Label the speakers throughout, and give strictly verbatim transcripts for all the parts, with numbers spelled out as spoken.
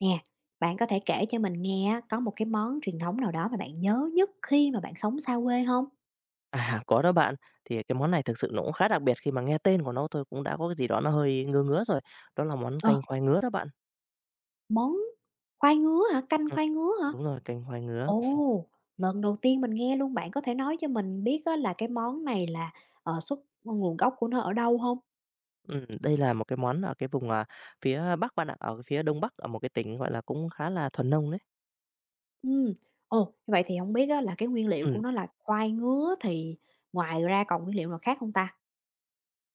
Speaker 1: Nè, bạn có thể kể cho mình nghe á, có một cái món truyền thống nào đó mà bạn nhớ nhất khi mà bạn sống xa quê không?
Speaker 2: À, có đó bạn. Thì cái món này thực sự nó cũng khá đặc biệt khi mà nghe tên của nó thôi cũng đã có cái gì đó nó hơi ngứa ngứa rồi. Đó là món
Speaker 1: Ờ,
Speaker 2: canh khoai ngứa đó bạn.
Speaker 1: món khoai ngứa hả? Canh
Speaker 2: Ừm,
Speaker 1: khoai ngứa hả?
Speaker 2: đúng rồi, canh khoai ngứa.
Speaker 1: Ồ, lần đầu tiên mình nghe luôn, bạn có thể nói cho mình biết á là cái món này là, ờ, xuất nguồn gốc của nó ở đâu không?
Speaker 2: Ừm, đây là một cái món ở cái vùng, à, phía Bắc bạn ạ, ở cái phía Đông Bắc, ở một cái tỉnh, gọi là, cũng khá là thuần nông đấy.
Speaker 1: Ừm, ồ, như vậy thì không biết á là cái nguyên liệu của
Speaker 2: Ừm,
Speaker 1: nó là khoai ngứa thì ngoài ra còn nguyên liệu nào khác không ta?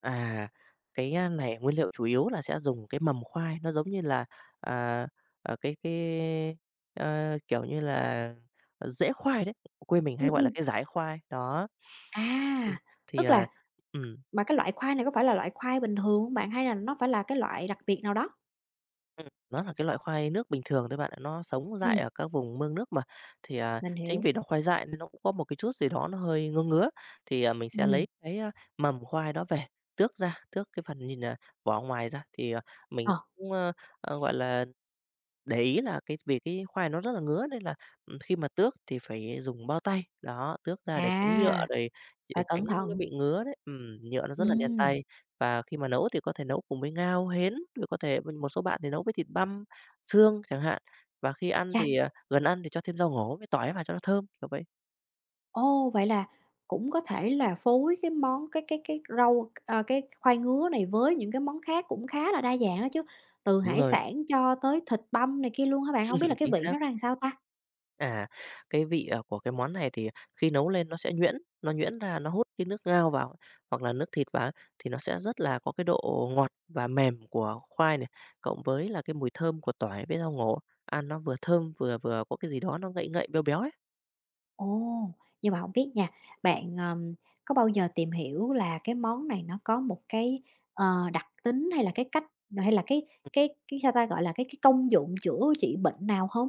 Speaker 2: à, cái, a, này nguyên liệu chủ yếu là sẽ dùng cái mầm khoai, nó giống như là, à, ờ, cái cái, ơ, kiểu như là, rễ khoai đấy, quê mình hay
Speaker 1: Ừm,
Speaker 2: gọi là
Speaker 1: ừm,
Speaker 2: cái dải khoai. Đó.
Speaker 1: à,
Speaker 2: Thì thì,
Speaker 1: tức
Speaker 2: à
Speaker 1: là
Speaker 2: ừm.
Speaker 1: mà cái loại khoai này có phải là loại khoai bình thường hông bạn, hay là nó phải là cái loại đặc biệt nào đó?
Speaker 2: Ừm, nó là cái loại khoai nước bình thường thôi bạn ạ, nó sống dại
Speaker 1: Ừm.
Speaker 2: ở các vùng mương nước mà. Thì, à,
Speaker 1: Mình
Speaker 2: chính
Speaker 1: hiểu.
Speaker 2: vì nó khoai dại nên nó cũng có một cái chút gì đó nó hơi ngứa ngứa, thì, à, mình sẽ
Speaker 1: Ừm,
Speaker 2: lấy cái, a, mầm khoai đó về, tước ra, tước cái phần nhìn, à, vỏ ngoài ra thì, à, mình
Speaker 1: ờ,
Speaker 2: cũng, ơ, ờ, gọi là để ý là cái vì cái khoai nó rất là ngứa nên là, ừm, khi mà tước thì phải dùng bao tay, đó, tước ra để
Speaker 1: à,
Speaker 2: tránh nhựa rồi để
Speaker 1: phải
Speaker 2: tránh
Speaker 1: cẩn
Speaker 2: nó
Speaker 1: thận.
Speaker 2: bị ngứa đấy. Ừm, nhựa nó rất là đen
Speaker 1: Ừm,
Speaker 2: tay và khi mà nấu thì có thể nấu cùng với ngao, hến, rồi có thể một số bạn thì nấu với thịt băm, xương chẳng hạn. Và khi ăn
Speaker 1: chà,
Speaker 2: thì, à, gần ăn thì cho thêm rau ngổ với tỏi vào cho nó thơm, kiểu vậy.
Speaker 1: ô, vậy là cũng có thể là phối cái món cái cái cái rau, à, cái khoai ngứa này với những cái món khác cũng khá là đa dạng đó chứ, từ
Speaker 2: Đúng
Speaker 1: hải
Speaker 2: rồi,
Speaker 1: sản cho tới thịt băm này kia luôn hả bạn? Hông biết là cái
Speaker 2: chính
Speaker 1: vị
Speaker 2: xác.
Speaker 1: nó ra sao ta?
Speaker 2: À, cái vị, ờ, của cái món này thì khi nấu lên nó sẽ nhuyễn, nó nhuyễn ra nó hút cái nước ngao vào, hoặc là nước thịt vào ấy, thì nó sẽ rất là có cái độ ngọt và mềm của khoai này, cộng với là cái mùi thơm của tỏi với rau ngổ, ăn nó vừa thơm, vừa vừa có cái gì đó nó ngậy ngậy, béo béo ấy.
Speaker 1: Ồ, nhưng mà hổng biết nha, bạn, ờm, có bao giờ tìm hiểu là cái món này nó có một cái, ờ, đặc tính hay là cái cách hay là cái cái cái, sao ta, gọi là, cái cái công dụng chữa trị bệnh nào hông?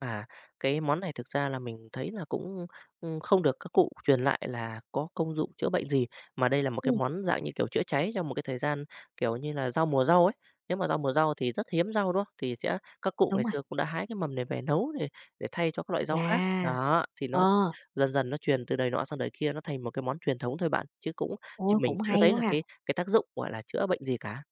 Speaker 2: À, cái món này thực ra là mình thấy là cũng, ưm, không được các cụ truyền lại là có công dụng chữa bệnh gì, mà đây là một cái
Speaker 1: Ừm,
Speaker 2: món dạng như kiểu chữa cháy trong một cái thời gian, kiểu như là, rau mùa rau ấy. Nếu mà rau mùa rau thì rất hiếm rau, đúng không? Thì sẽ các cụ
Speaker 1: đúng
Speaker 2: ngày
Speaker 1: rồi.
Speaker 2: xưa cũng đã hái cái mầm này về nấu để để thay cho các loại rau
Speaker 1: À,
Speaker 2: khác. Đó, thì nó
Speaker 1: ờ,
Speaker 2: dần dần nó truyền từ đời nọ sang đời kia, nó thành một cái món truyền thống thôi bạn, chứ cũng ch
Speaker 1: ôi,
Speaker 2: mình
Speaker 1: cũng
Speaker 2: chưa
Speaker 1: hay
Speaker 2: thấy
Speaker 1: quá
Speaker 2: là
Speaker 1: ha.
Speaker 2: cái cái tác dụng, gọi là, chữa bệnh gì cả.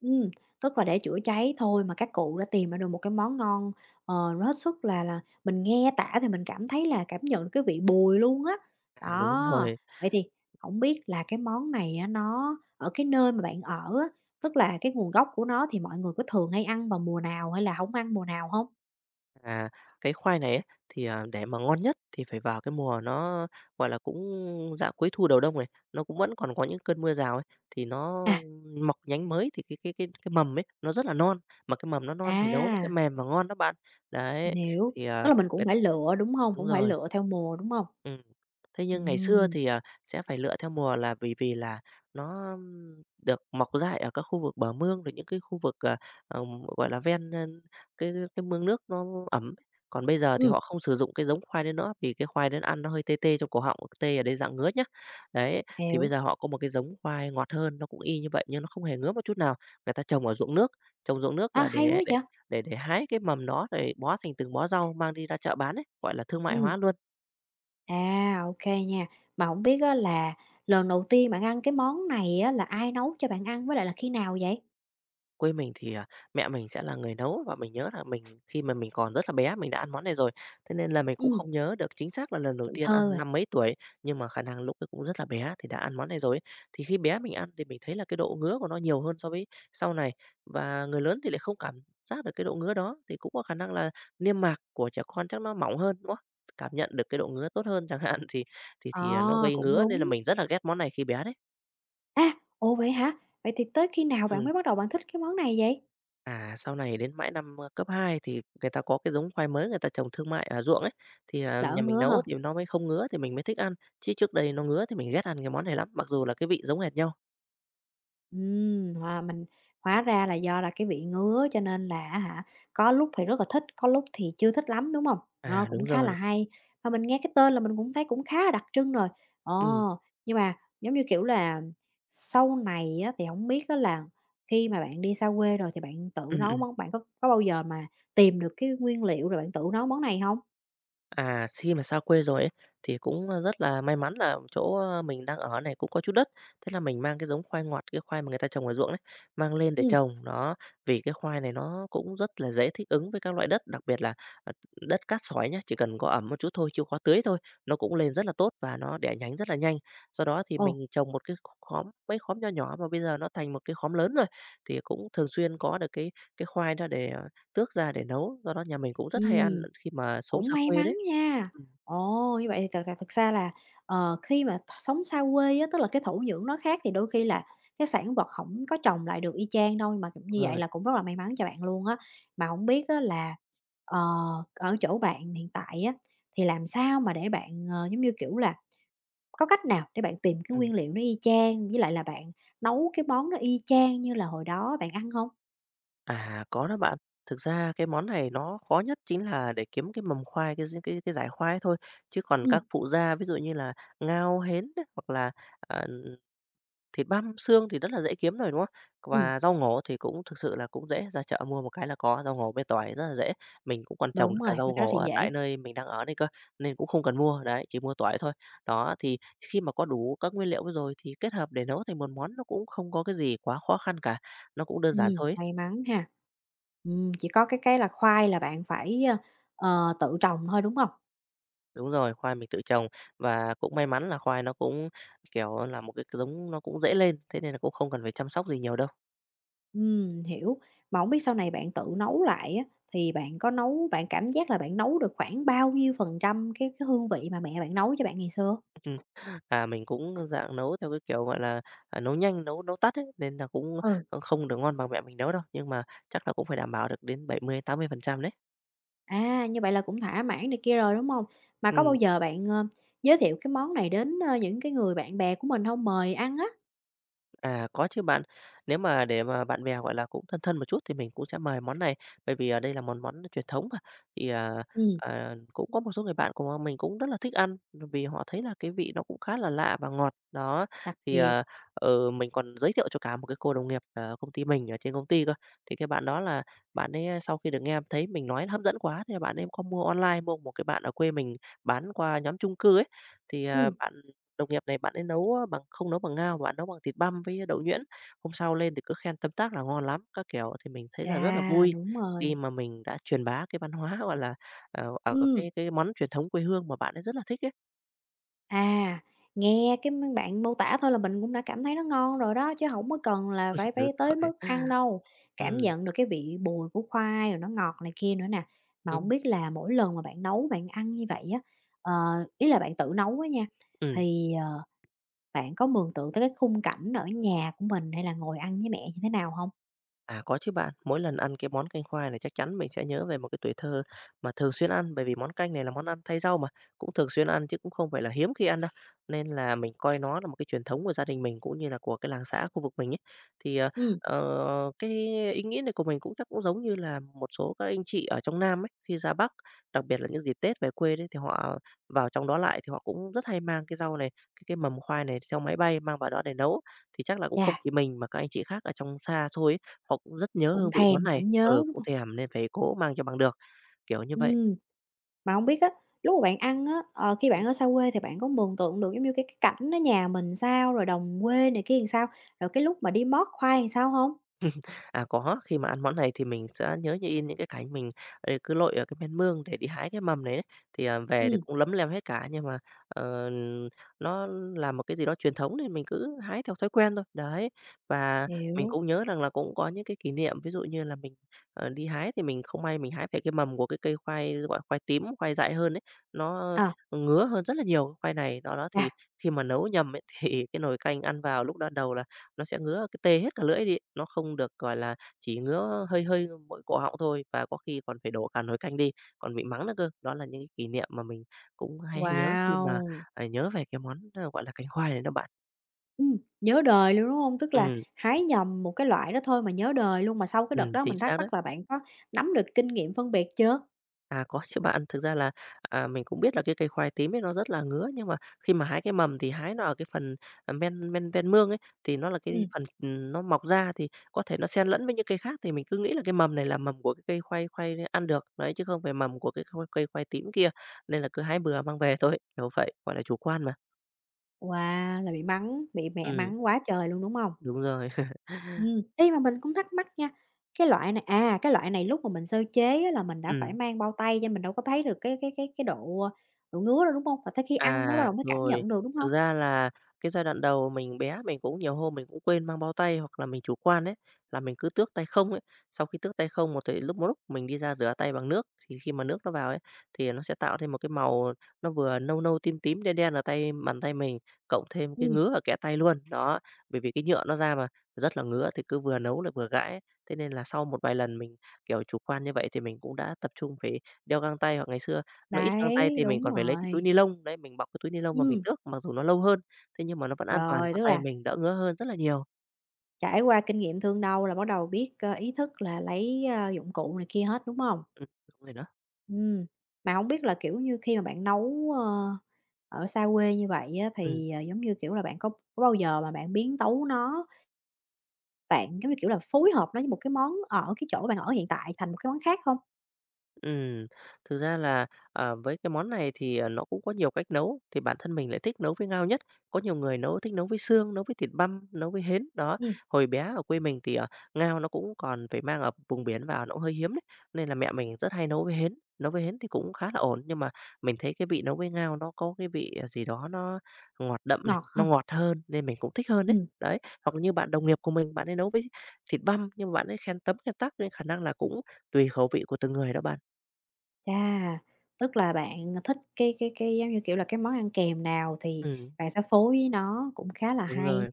Speaker 1: Ừm, tức là để chữa cháy thôi mà các cụ đã tìm ra được một cái món ngon, ờ, nó hết sức là là mình nghe tả thì mình cảm thấy là cảm nhận được cái vị bùi luôn á.
Speaker 2: À, đúng
Speaker 1: Đó,
Speaker 2: rồi.
Speaker 1: vậy thì không biết là cái món này á, nó ở cái nơi mà bạn ở á, tức là cái nguồn gốc của nó thì mọi người có thường hay ăn vào mùa nào hay là không ăn mùa nào không?
Speaker 2: À, cái khoai này ấy, thì, à, để mà ngon nhất thì phải vào cái mùa nó, gọi là, cũng dạng cuối thu đầu đông này, nó cũng vẫn còn có những cơn mưa rào ấy, thì nó
Speaker 1: À,
Speaker 2: mọc nhánh mới thì cái cái cái cái mầm ấy nó rất là non, mà cái mầm nó non thì nấu nó sẽ
Speaker 1: à,
Speaker 2: mềm và ngon đó bạn.
Speaker 1: mình
Speaker 2: Đấy,
Speaker 1: hiểu,
Speaker 2: thì, à,
Speaker 1: tức là mình cũng
Speaker 2: người
Speaker 1: phải lựa, đúng không?
Speaker 2: đúng
Speaker 1: Cũng phải
Speaker 2: rồi.
Speaker 1: lựa theo mùa, đúng không?
Speaker 2: Ừm. Thế nhưng ngày xưa
Speaker 1: Ừm,
Speaker 2: thì, à, sẽ phải lựa theo mùa là vì vì là nó, ưm, được mọc dại ở các khu vực bờ mương, rồi những cái khu vực, à, ờ, gọi là, ven, ơ, cái cái mương nước nó ẩm. Còn bây giờ thì
Speaker 1: ừm,
Speaker 2: họ không sử dụng cái giống khoai đấy nữa, vì cái khoai đấy ăn nó hơi tê tê trong cổ họng, tê ở đây dạng ngứa nhá. Đấy, thì bây
Speaker 1: hiểu.
Speaker 2: giờ họ có một cái giống khoai ngọt hơn, nó cũng y như vậy nhưng nó không hề ngứa một chút nào. Người ta trồng ở ruộng nước, trồng ruộng nước
Speaker 1: À,
Speaker 2: là
Speaker 1: hay
Speaker 2: để
Speaker 1: quá
Speaker 2: để
Speaker 1: vậy!
Speaker 2: để để hái cái mầm đó rồi bó thành từng bó rau mang đi ra chợ bán ấy, gọi là, thương mại
Speaker 1: Ừ,
Speaker 2: hóa luôn.
Speaker 1: à, ok nha. Mà không biết á là lần đầu tiên bạn ăn cái món này á là ai nấu cho bạn ăn, với lại là khi nào vậy?
Speaker 2: Quê mình thì, à, mẹ mình sẽ là người nấu và mình nhớ là mình khi mà mình còn rất là bé mình đã ăn món này rồi, thế nên là mình cũng
Speaker 1: Ừm.
Speaker 2: không nhớ được chính xác là lần đầu
Speaker 1: Tuổi
Speaker 2: tiên
Speaker 1: thơ
Speaker 2: ăn
Speaker 1: rồi.
Speaker 2: năm mấy tuổi, nhưng mà khả năng lúc ấy cũng rất là bé thì đã ăn món này rồi. Thì khi bé mình ăn thì mình thấy là cái độ ngứa của nó nhiều hơn so với sau này, và người lớn thì lại không cảm giác được cái độ ngứa đó, thì cũng có khả năng là niêm mạc của trẻ con chắc nó mỏng hơn, đúng không? Cảm nhận được cái độ ngứa tốt hơn chẳng hạn, thì thì thì, à, nó
Speaker 1: Ờ,
Speaker 2: gây
Speaker 1: cũng
Speaker 2: ngứa nên là
Speaker 1: đúng.
Speaker 2: mình rất là ghét món này khi bé đấy.
Speaker 1: À, ồ, vậy hả? Vậy thì tới khi nào bạn
Speaker 2: Ừm.
Speaker 1: mới bắt đầu bạn thích cái món này vậy?
Speaker 2: À, sau này đến mãi năm, ơ, cấp hai thì người ta có cái giống khoai mới người ta trồng thương mại ở ruộng ấy, thì, à,
Speaker 1: Đỡ
Speaker 2: nhà mình
Speaker 1: ngứa
Speaker 2: nấu
Speaker 1: hơn.
Speaker 2: thì nó mới không ngứa thì mình mới thích ăn, chứ trước đây nó ngứa thì mình ghét ăn cái món này lắm, mặc dù là cái vị giống hệt nhau.
Speaker 1: Ừm, hòa mình hóa ra là do là cái vị ngứa cho nên là á hả, có lúc thì rất là thích, có lúc thì chưa thích lắm, đúng không? Ờ,
Speaker 2: À,
Speaker 1: cũng
Speaker 2: đúng
Speaker 1: khá là
Speaker 2: rồi.
Speaker 1: hay, mà mình nghe cái tên là mình cũng thấy cũng khá là đặc trưng rồi. Ờ,
Speaker 2: Ừm,
Speaker 1: nhưng mà, giống như kiểu là, sau này á, thì không biết á là khi mà bạn đi xa quê rồi thì bạn tự nấu
Speaker 2: ừm.
Speaker 1: món bạn có có bao giờ mà tìm được cái nguyên liệu rồi bạn tự nấu món này không?
Speaker 2: À, khi mà xa quê rồi ấy, thì cũng, ơ, rất là may mắn là chỗ, ơ, mình đang ở này cũng có chút đất, thế là mình mang cái giống khoai ngọt, cái khoai mà người ta trồng ở ruộng đấy, mang lên để
Speaker 1: Ừm,
Speaker 2: trồng. Đó, vì cái khoai này nó cũng rất là dễ thích ứng với các loại đất, đặc biệt là, ờ, đất cát sỏi nhá, chỉ cần có ẩm một chút thôi, chịu khó tưới thôi, nó cũng lên rất là tốt và nó đẻ nhánh rất là nhanh. Do đó thì
Speaker 1: ồ,
Speaker 2: mình trồng một cái kh khóm, mấy khóm nhỏ nhỏ mà bây giờ nó thành một cái khóm lớn rồi, thì cũng thường xuyên có được cái cái khoai đó để, ờ, tước ra để nấu, do đó nhà mình cũng rất hay ăn
Speaker 1: ừm.
Speaker 2: khi mà sống
Speaker 1: Cũng
Speaker 2: xa
Speaker 1: may
Speaker 2: quê
Speaker 1: mắn
Speaker 2: đấy.
Speaker 1: nha.
Speaker 2: Ừm,
Speaker 1: Ồ, như vậy thì thật thật thực ra là, ờ, khi mà th sống xa quê á, tức là cái thổ nhưỡng nó khác thì đôi khi là cái sản vật không có trồng lại được y chang đâu, nhưng mà cũng
Speaker 2: đúng
Speaker 1: như vậy
Speaker 2: rồi.
Speaker 1: là cũng rất là may mắn cho bạn luôn á. Mà không biết á là, ờ, ở chỗ bạn hiện tại á, thì làm sao mà để bạn, ờ, giống như, kiểu là, có cách nào để bạn tìm cái
Speaker 2: Ừm,
Speaker 1: nguyên liệu nó y chang, với lại là bạn nấu cái món nó y chang như là hồi đó bạn ăn không?
Speaker 2: à, có đó bạn. Thực ra cái món này nó khó nhất chính là để kiếm cái mầm khoai, cái d cái cái dải khoai ấy thôi, chứ còn
Speaker 1: Ừ,
Speaker 2: các phụ gia ví dụ như là ngao, hến á, hoặc là, à thịt băm xương thì rất là dễ kiếm rồi, đúng không?
Speaker 1: ừm,
Speaker 2: Và rau ngổ thì cũng thực sự là cũng dễ, ra chợ mua một cái là có, rau ngổ với tỏi rất là dễ. Mình cũng còn trồng
Speaker 1: đúng
Speaker 2: được cả
Speaker 1: rồi,
Speaker 2: rau
Speaker 1: mấy cái đó
Speaker 2: ngổ
Speaker 1: thì
Speaker 2: ở tại
Speaker 1: dễ.
Speaker 2: nơi mình đang ở đây cơ, nên cũng không cần mua, đấy, chỉ mua tỏi thôi. Đó, thì khi mà có đủ các nguyên liệu rồi thì kết hợp để nấu thành một món nó cũng không có cái gì quá khó khăn cả, nó cũng đơn giản
Speaker 1: Ừm,
Speaker 2: thôi ấy.
Speaker 1: may mắn ha. Ừm, chỉ có cái cái là khoai là bạn phải, ờ, tự trồng thôi, đúng không?
Speaker 2: Đúng rồi, khoai mình tự trồng và cũng may mắn là khoai nó cũng, kiểu là, một cái giống nó cũng dễ lên, thế nên là cũng không cần phải chăm sóc gì nhiều đâu.
Speaker 1: Ừm, hiểu. Mà hổng biết sau này bạn tự nấu lại á, thì bạn có nấu bạn cảm giác là bạn nấu được khoảng bao nhiêu phần trăm cái cái hương vị mà mẹ bạn nấu cho bạn ngày xưa?
Speaker 2: À, mình cũng dạng nấu theo cái kiểu, gọi là, à, nấu nhanh, nấu nấu tắt ấy, nên là cũng,
Speaker 1: Ừ,
Speaker 2: không được ngon bằng mẹ mình nấu đâu, nhưng mà chắc là cũng phải đảm bảo được đến bảy mươi mươi tám mươi phần trăm đấy.
Speaker 1: à, như vậy là cũng thỏa mãn này kia rồi, đúng không? Mà có bao
Speaker 2: Ừm.
Speaker 1: giờ bạn, ờ, giới thiệu cái món này đến, ơ, những cái người bạn bè của mình không? Mời ăn á?
Speaker 2: À, có chứ bạn. Nếu mà để mà bạn bè, gọi là, cũng thân thân một chút thì mình cũng sẽ mời món này, bởi vì, à, đây là món món truyền thống mà, thì, à,
Speaker 1: Ừm,
Speaker 2: à, cũng có một số người bạn của mình cũng rất là thích ăn, vì họ thấy là cái vị nó cũng khá là lạ và ngọt. Đó,
Speaker 1: đặc
Speaker 2: thì,
Speaker 1: biệt.
Speaker 2: à, ừ, mình còn giới thiệu cho cả một cái cô đồng nghiệp ở công ty mình, ở trên công ty cơ, thì cái bạn đó là bạn ấy sau khi được nghe thấy mình nói hấp dẫn quá, thì bạn ấy có mua online, mua một cái bạn ở quê mình bán qua nhóm chung cư ấy. Thì, à,
Speaker 1: Ừm,
Speaker 2: bạn đồng nghiệp này bạn ấy nấu, ơ, bằng không nấu bằng ngao mà bạn nấu bằng thịt băm với đậu nhuyễn. Hôm sau lên thì cứ khen tấm tắc là ngon lắm các kiểu, thì mình thấy là rất là
Speaker 1: chà,
Speaker 2: vui
Speaker 1: đúng
Speaker 2: khi
Speaker 1: rồi.
Speaker 2: mà mình đã truyền bá cái văn hóa, gọi là, ờ, ờ,
Speaker 1: Ừm.
Speaker 2: cái cái món truyền thống quê hương mà bạn ấy rất là thích ấy.
Speaker 1: À, nghe cái m bạn mô tả thôi là mình cũng đã cảm thấy nó ngon rồi đó, chứ không có cần là phải
Speaker 2: Đúng
Speaker 1: phải tới mức
Speaker 2: rồi.
Speaker 1: ăn đâu. Cảm
Speaker 2: Ừ,
Speaker 1: nhận được cái vị bùi của khoai rồi nó ngọt này kia nữa nè. Mà không
Speaker 2: ừm,
Speaker 1: biết là mỗi lần mà bạn nấu bạn ăn như vậy á, ờ, ý là bạn tự nấu á nha,
Speaker 2: ừm.
Speaker 1: thì, ờ, bạn có mường tượng tới cái khung cảnh ở nhà của mình hay là ngồi ăn với mẹ như thế nào không?
Speaker 2: À, có chứ bạn. Mỗi lần ăn cái món canh khoai này chắc chắn mình sẽ nhớ về một cái tuổi thơ mà thường xuyên ăn, bởi vì món canh này là món ăn thay rau mà, cũng thường xuyên ăn chứ cũng không phải là hiếm khi ăn đâu. Nên là mình coi nó là một cái truyền thống của gia đình mình cũng như là của cái làng xã khu vực mình ấy. Thì, ờ,
Speaker 1: Ừ,
Speaker 2: ờ, cái ý nghĩa này của mình cũng chắc cũng giống như là một số các anh chị ở trong Nam ấy, khi ra Bắc, đặc biệt là những dịp Tết về quê đấy thì họ vào trong đó lại thì họ cũng rất hay mang cái rau này, cái cái mầm khoai này theo máy bay mang vào đó để nấu. Thì chắc là cũng
Speaker 1: chà,
Speaker 2: không chỉ mình mà các anh chị khác ở trong xa xôi ấy, họ cũng rất nhớ
Speaker 1: cũng
Speaker 2: hương vị món
Speaker 1: thèm,
Speaker 2: này,
Speaker 1: cũng nhớ,
Speaker 2: ừ,
Speaker 1: đúng
Speaker 2: cũng
Speaker 1: không?
Speaker 2: thèm nên phải cố mang cho bằng được, kiểu như vậy.
Speaker 1: Ừ. Mà không biết á, lúc mà bạn ăn á, ờ, khi bạn ở xa quê thì bạn có mường tượng được giống như cái cái cảnh ở nhà mình sao, rồi đồng quê này kia làm sao, rồi cái lúc mà đi mót khoai làm sao hông?
Speaker 2: À, có, khi mà ăn món này thì mình sẽ nhớ như in những cái cảnh mình, ờ, cứ lội ở cái bên mương để đi hái cái mầm này ấy, thì, à, về thì
Speaker 1: Ừm.
Speaker 2: cũng lấm lem hết cả, nhưng mà, ờ, nó là một cái gì đó truyền thống nên mình cứ hái theo thói quen thôi. Đấy, và mình
Speaker 1: Hiểu.
Speaker 2: cũng nhớ rằng là cũng có những cái kỷ niệm, ví dụ như là mình, ờ, đi hái thì mình không may mình hái phải cái mầm của cái cây khoai, gọi là, khoai tím, khoai dại hơn ấy, nó
Speaker 1: Ờ,
Speaker 2: ngứa hơn rất là nhiều cái khoai này. Do đó thì
Speaker 1: à,
Speaker 2: khi mà nấu nhầm ấy, thì cái nồi canh ăn vào lúc đó đầu là nó sẽ ngứa cái tê hết cả lưỡi đi, nó không được, gọi là, chỉ ngứa hơi hơi mỗi cổ họng thôi, và có khi còn phải đổ cả nồi canh đi, còn bị mắng nữa cơ. Đó là những cái kỷ niệm mà mình cũng hay nhớ khi mà,
Speaker 1: wow!
Speaker 2: à, nhớ về cái món, ơ, gọi là, cánh khoai này đó bạn.
Speaker 1: Ừm, nhớ đời luôn, đúng hông? Tức là
Speaker 2: Ừm,
Speaker 1: hái nhầm một cái loại đó thôi mà nhớ đời luôn, mà sau cái đợt
Speaker 2: ừm,
Speaker 1: đó
Speaker 2: chính
Speaker 1: mình thắc
Speaker 2: xác đó.
Speaker 1: mắc là bạn có nắm được kinh nghiệm phân biệt chưa?
Speaker 2: À, có chứ bạn. Thực ra là, à, mình cũng biết là cái cây khoai tím ấy nó rất là ngứa, nhưng mà khi mà hái cái mầm thì hái nó ở cái phần, à, men men ven mương ấy, thì nó là cái
Speaker 1: Ừm,
Speaker 2: phần, ừm, nó mọc ra thì có thể nó xen lẫn với những cây khác, thì mình cứ nghĩ là cái mầm này là mầm của cái cây khoai khoai đấy ăn được, đấy, chứ không phải mầm của cái khoi cây khoai tím kia, nên là cứ hái bừa mang về thôi, kiểu vậy, gọi là chủ quan mà.
Speaker 1: wow, là bị mắng, bị mẹ
Speaker 2: Ừm,
Speaker 1: mắng quá trời luôn, đúng hông?
Speaker 2: đúng rồi.
Speaker 1: Ừm, ý mà mình cũng thắc mắc nha, cái loại này à, cái loại này lúc mà mình sơ chế á là mình đã phải
Speaker 2: Ừm.
Speaker 1: mang bao tay cho mình đâu có thấy được cái cái cái cái độ, ờ, độ ngứa đâu, đúng hông? Và tới khi ăn mới bắt
Speaker 2: À,
Speaker 1: đầu mới cảm
Speaker 2: rồi.
Speaker 1: nhận được, đúng
Speaker 2: Thực
Speaker 1: hông?
Speaker 2: ra là cái giai đoạn đầu mình bé mình cũng nhiều hôm mình cũng quên mang bao tay hoặc là mình chủ quan ấy, là mình cứ tước tay không ấy. Sau khi tước tay không một thời lúc một lúc mình đi ra rửa tay bằng nước, thì khi mà nước nó vào ấy, thì nó sẽ tạo thêm một cái màu nó vừa nâu nâu, tím tím, đen đen ở tay bàn tay mình, cộng thêm cái
Speaker 1: Ừm,
Speaker 2: ngứa ở kẽ tay luôn. Đó, bởi vì cái nhựa nó ra mà, rất là ngứa thì cứ vừa nấu lại vừa gãi ấy. Thế nên là sau một vài lần mình, kiểu, chủ quan như vậy thì mình cũng đã tập trung phải đeo găng tay hoặc ngày xưa nó ít găng tay
Speaker 1: đấy,
Speaker 2: thì mình
Speaker 1: đúng
Speaker 2: còn phải lấy cái túi
Speaker 1: rồi.
Speaker 2: ni lông, đấy, mình bọc cái túi ni lông và mình
Speaker 1: Ừm,
Speaker 2: tước, mặc dù nó lâu hơn, thế nhưng mà nó vẫn an toàn
Speaker 1: rồi,
Speaker 2: cho
Speaker 1: tức
Speaker 2: tay
Speaker 1: là
Speaker 2: mình, đỡ ngứa hơn rất là nhiều.
Speaker 1: trải qua kinh nghiệm thương đau là bắt đầu biết, ơ, ý thức là lấy, ơ, dụng cụ này kia hết, đúng hông?
Speaker 2: Ừm, đúng rồi đó.
Speaker 1: Ừm, mà hổng biết là, kiểu như, khi mà bạn nấu, ờ, ở xa quê như vậy á
Speaker 2: Ừ.
Speaker 1: thì, ờ, giống như, kiểu là, bạn có có bao giờ mà bạn biến tấu nó? Bạn, giống như kiểu là, phối hợp nó với một cái món ở cái chỗ bạn ở hiện tại thành một cái món khác không?
Speaker 2: Ừm, thực ra là, à, với cái món này thì, à, nó cũng có nhiều cách nấu, thì bản thân mình lại thích nấu với ngao nhất. Có nhiều người nấu thích nấu với xương, nấu với thịt băm, nấu với hến, đó.
Speaker 1: Ừm,
Speaker 2: Hồi bé ở quê mình thì, ờ, ngao nó cũng còn phải mang ở vùng biển vào nó cũng hơi hiếm đấy, nên là mẹ mình rất hay nấu với hến. Nấu với hến thì cũng khá là ổn, nhưng mà mình thấy cái vị nấu với ngao nó có cái vị, à, gì đó nó ngọt đậm này,
Speaker 1: ngọt
Speaker 2: nó
Speaker 1: hơn.
Speaker 2: ngọt hơn nên mình cũng thích hơn đấy.
Speaker 1: Ừm,
Speaker 2: Đấy, hoặc như bạn đồng nghiệp của mình, bạn ấy nấu với thịt băm, nhưng mà bạn ấy khen tấm khen tắc nên khả năng là cũng tùy khẩu vị của từng người đó bạn.
Speaker 1: chà, tức là bạn thích cái cái cái, giống như kiểu là, cái món ăn kèm nào thì
Speaker 2: Ừm,
Speaker 1: bạn sẽ phối với nó, cũng khá là
Speaker 2: đúng
Speaker 1: hay.
Speaker 2: rồi.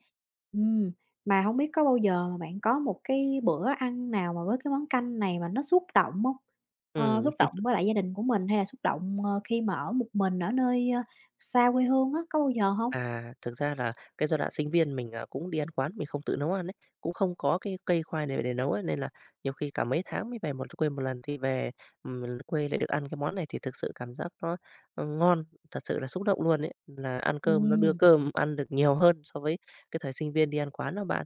Speaker 1: Ừm, mà hông biết có bao giờ mà bạn có một cái bữa ăn nào mà với cái món canh này mà nó xúc động hông? Ờ,
Speaker 2: Ừm,
Speaker 1: xúc động với lại gia đình của mình hay là xúc động, ờ, khi mà ở một mình ở nơi, ơ, xa quê hương á, có bao giờ hông?
Speaker 2: à, thực ra là cái giai đoạn sinh viên mình, à, cũng đi ăn quán, mình không tự nấu ăn ấy, cũng không có cái cây khoai này để nấu ấy, nên là nhiều khi cả mấy tháng mới về một quê một lần thì về, ừm, quê lại được ăn cái món này thì thực sự cảm giác nó, ờ, ngon, thật sự là xúc động luôn ấy, là ăn cơm nó đưa
Speaker 1: Ừm.
Speaker 2: cơm ăn được nhiều hơn so với cái thời sinh viên đi ăn quán đó bạn.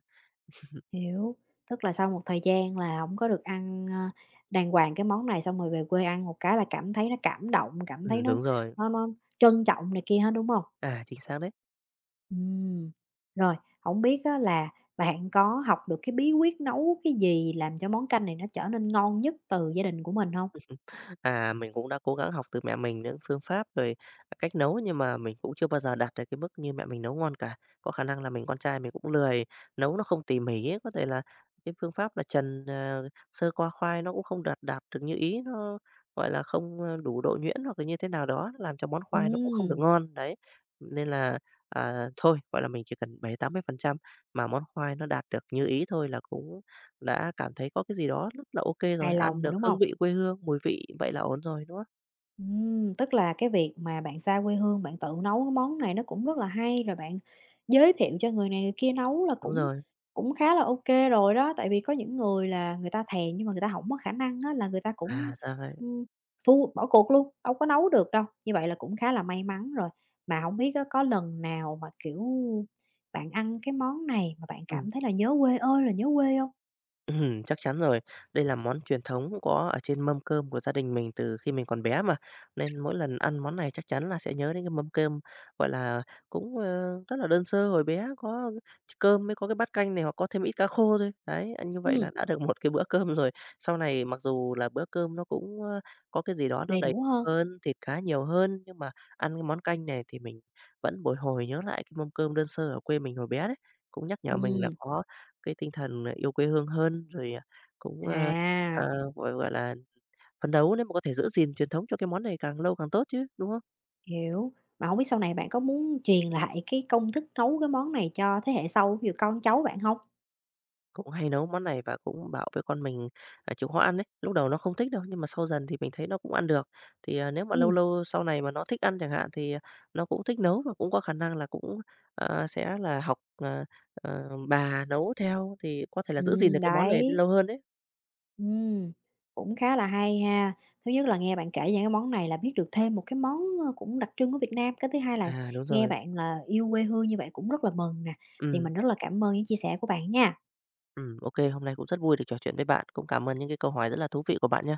Speaker 1: Hiểu, tức là sau một thời gian là không có được ăn, ơ, đàng hoàng cái món này, xong rồi về quê ăn một cái là cảm thấy nó cảm động, cảm thấy
Speaker 2: Ừm,
Speaker 1: nó
Speaker 2: đúng rồi,
Speaker 1: nó nó trân trọng này kia hết, đúng không?
Speaker 2: à, chính xác đấy.
Speaker 1: Ừm, rồi, không biết á là bạn có học được cái bí quyết nấu cái gì làm cho món canh này nó trở nên ngon nhất từ gia đình của mình không?
Speaker 2: À, mình cũng đã cố gắng học từ mẹ mình những phương pháp rồi cách nấu nhưng mà mình cũng chưa bao giờ đạt được cái mức như mẹ mình nấu ngon cả. Có khả năng là mình con trai mình cũng lười, nấu nó không tỉ mỉ ấy, có thể là cái phương pháp là trần, ờ, sơ qua khoai nó cũng không đạt đạt được như ý, nó, gọi là, không, ơ, đủ độ nhuyễn hoặc là như thế nào đó, làm cho món khoai nó cũng không được
Speaker 1: Ừm,
Speaker 2: ngon, đấy. Nên là, à, thôi, gọi là, mình chỉ cần bảy tám mươi phần trăm mà món khoai nó đạt được như ý thôi là cũng đã cảm thấy có cái gì đó rất là ok rồi,
Speaker 1: hài lòng
Speaker 2: ăn
Speaker 1: mà
Speaker 2: được
Speaker 1: đúng
Speaker 2: hương
Speaker 1: không?
Speaker 2: vị quê hương, mùi vị vậy là ổn rồi, đúng không?
Speaker 1: Ừm, tức là cái việc mà bạn xa quê hương, bạn tự nấu cái món này nó cũng rất là hay, rồi bạn giới thiệu cho người này người kia nấu là
Speaker 2: Đúng
Speaker 1: cũng
Speaker 2: rồi,
Speaker 1: cũng khá là ok rồi đó. Tại vì có những người là người ta thèm nhưng mà người ta không có khả năng á, là người ta cũng,
Speaker 2: à, ra vậy,
Speaker 1: ừm, xu bỏ cuộc luôn, đâu có nấu được đâu. Như vậy là cũng khá là may mắn rồi. Mà không biết á, có lần nào mà, kiểu, bạn ăn cái món này mà bạn
Speaker 2: ừm.
Speaker 1: cảm thấy là nhớ quê ơi là nhớ quê không?
Speaker 2: Ừm, chắc chắn rồi. Đây là món truyền thống có ở trên mâm cơm của gia đình mình từ khi mình còn bé mà, nên mỗi lần ăn món này chắc chắn là sẽ nhớ đến cái mâm cơm, gọi là, cũng, ơ, rất là đơn sơ hồi bé, có cơm mới có cái bát canh này hoặc có thêm ít cá khô thôi. Đấy, ăn như vậy là
Speaker 1: Ừm,
Speaker 2: đã được một cái bữa cơm rồi. Sau này mặc dù là bữa cơm nó cũng, ơ, có cái gì đó nó
Speaker 1: đầy
Speaker 2: đầy
Speaker 1: đủ hơn.
Speaker 2: hơn, thịt cá nhiều hơn, nhưng mà ăn cái món canh này thì mình vẫn bồi hồi nhớ lại cái mâm cơm đơn sơ ở quê mình hồi bé đấy, cũng nhắc nhở mình là
Speaker 1: Ừm,
Speaker 2: có cái tinh thần, à, yêu quê hương hơn, rồi, à, cũng, ơ,
Speaker 1: à.
Speaker 2: ờ, gọi gọi là, phấn đấu nếu mà có thể giữ gìn truyền thống cho cái món này càng lâu càng tốt chứ, đúng không?
Speaker 1: Hiểu, mà không biết sau này bạn có muốn truyền lại cái công thức nấu cái món này cho thế hệ sau, ví dụ con cháu bạn hông?
Speaker 2: Cũng hay nấu món này và cũng bảo với con mình, à, chịu khó ăn đấy. Lúc đầu nó không thích đâu, nhưng mà sau dần thì mình thấy nó cũng ăn được. Thì, à, nếu mà lâu
Speaker 1: Ừm,
Speaker 2: lâu sau này mà nó thích ăn chẳng hạn thì, à, nó cũng thích nấu và cũng có khả năng là cũng, ờ, sẽ là học, ờ, ờ, bà nấu theo, thì có thể là giữ gìn được
Speaker 1: ừm,
Speaker 2: cái món này
Speaker 1: đấy,
Speaker 2: lâu hơn đấy.
Speaker 1: ừm, cũng khá là hay ha. Thứ nhất là nghe bạn kể về cái món này là biết được thêm một cái món, ơ, cũng đặc trưng của Việt Nam. Cái thứ hai là
Speaker 2: À, đúng
Speaker 1: nghe
Speaker 2: rồi,
Speaker 1: bạn là yêu quê hương như vậy cũng rất là mừng nè, thì
Speaker 2: ừ.
Speaker 1: mình rất là cảm ơn những chia sẻ của bạn nha.
Speaker 2: Ừm, ok, hôm nay cũng rất vui được trò chuyện với bạn. Cũng cảm ơn những cái câu hỏi rất là thú vị của bạn nhé.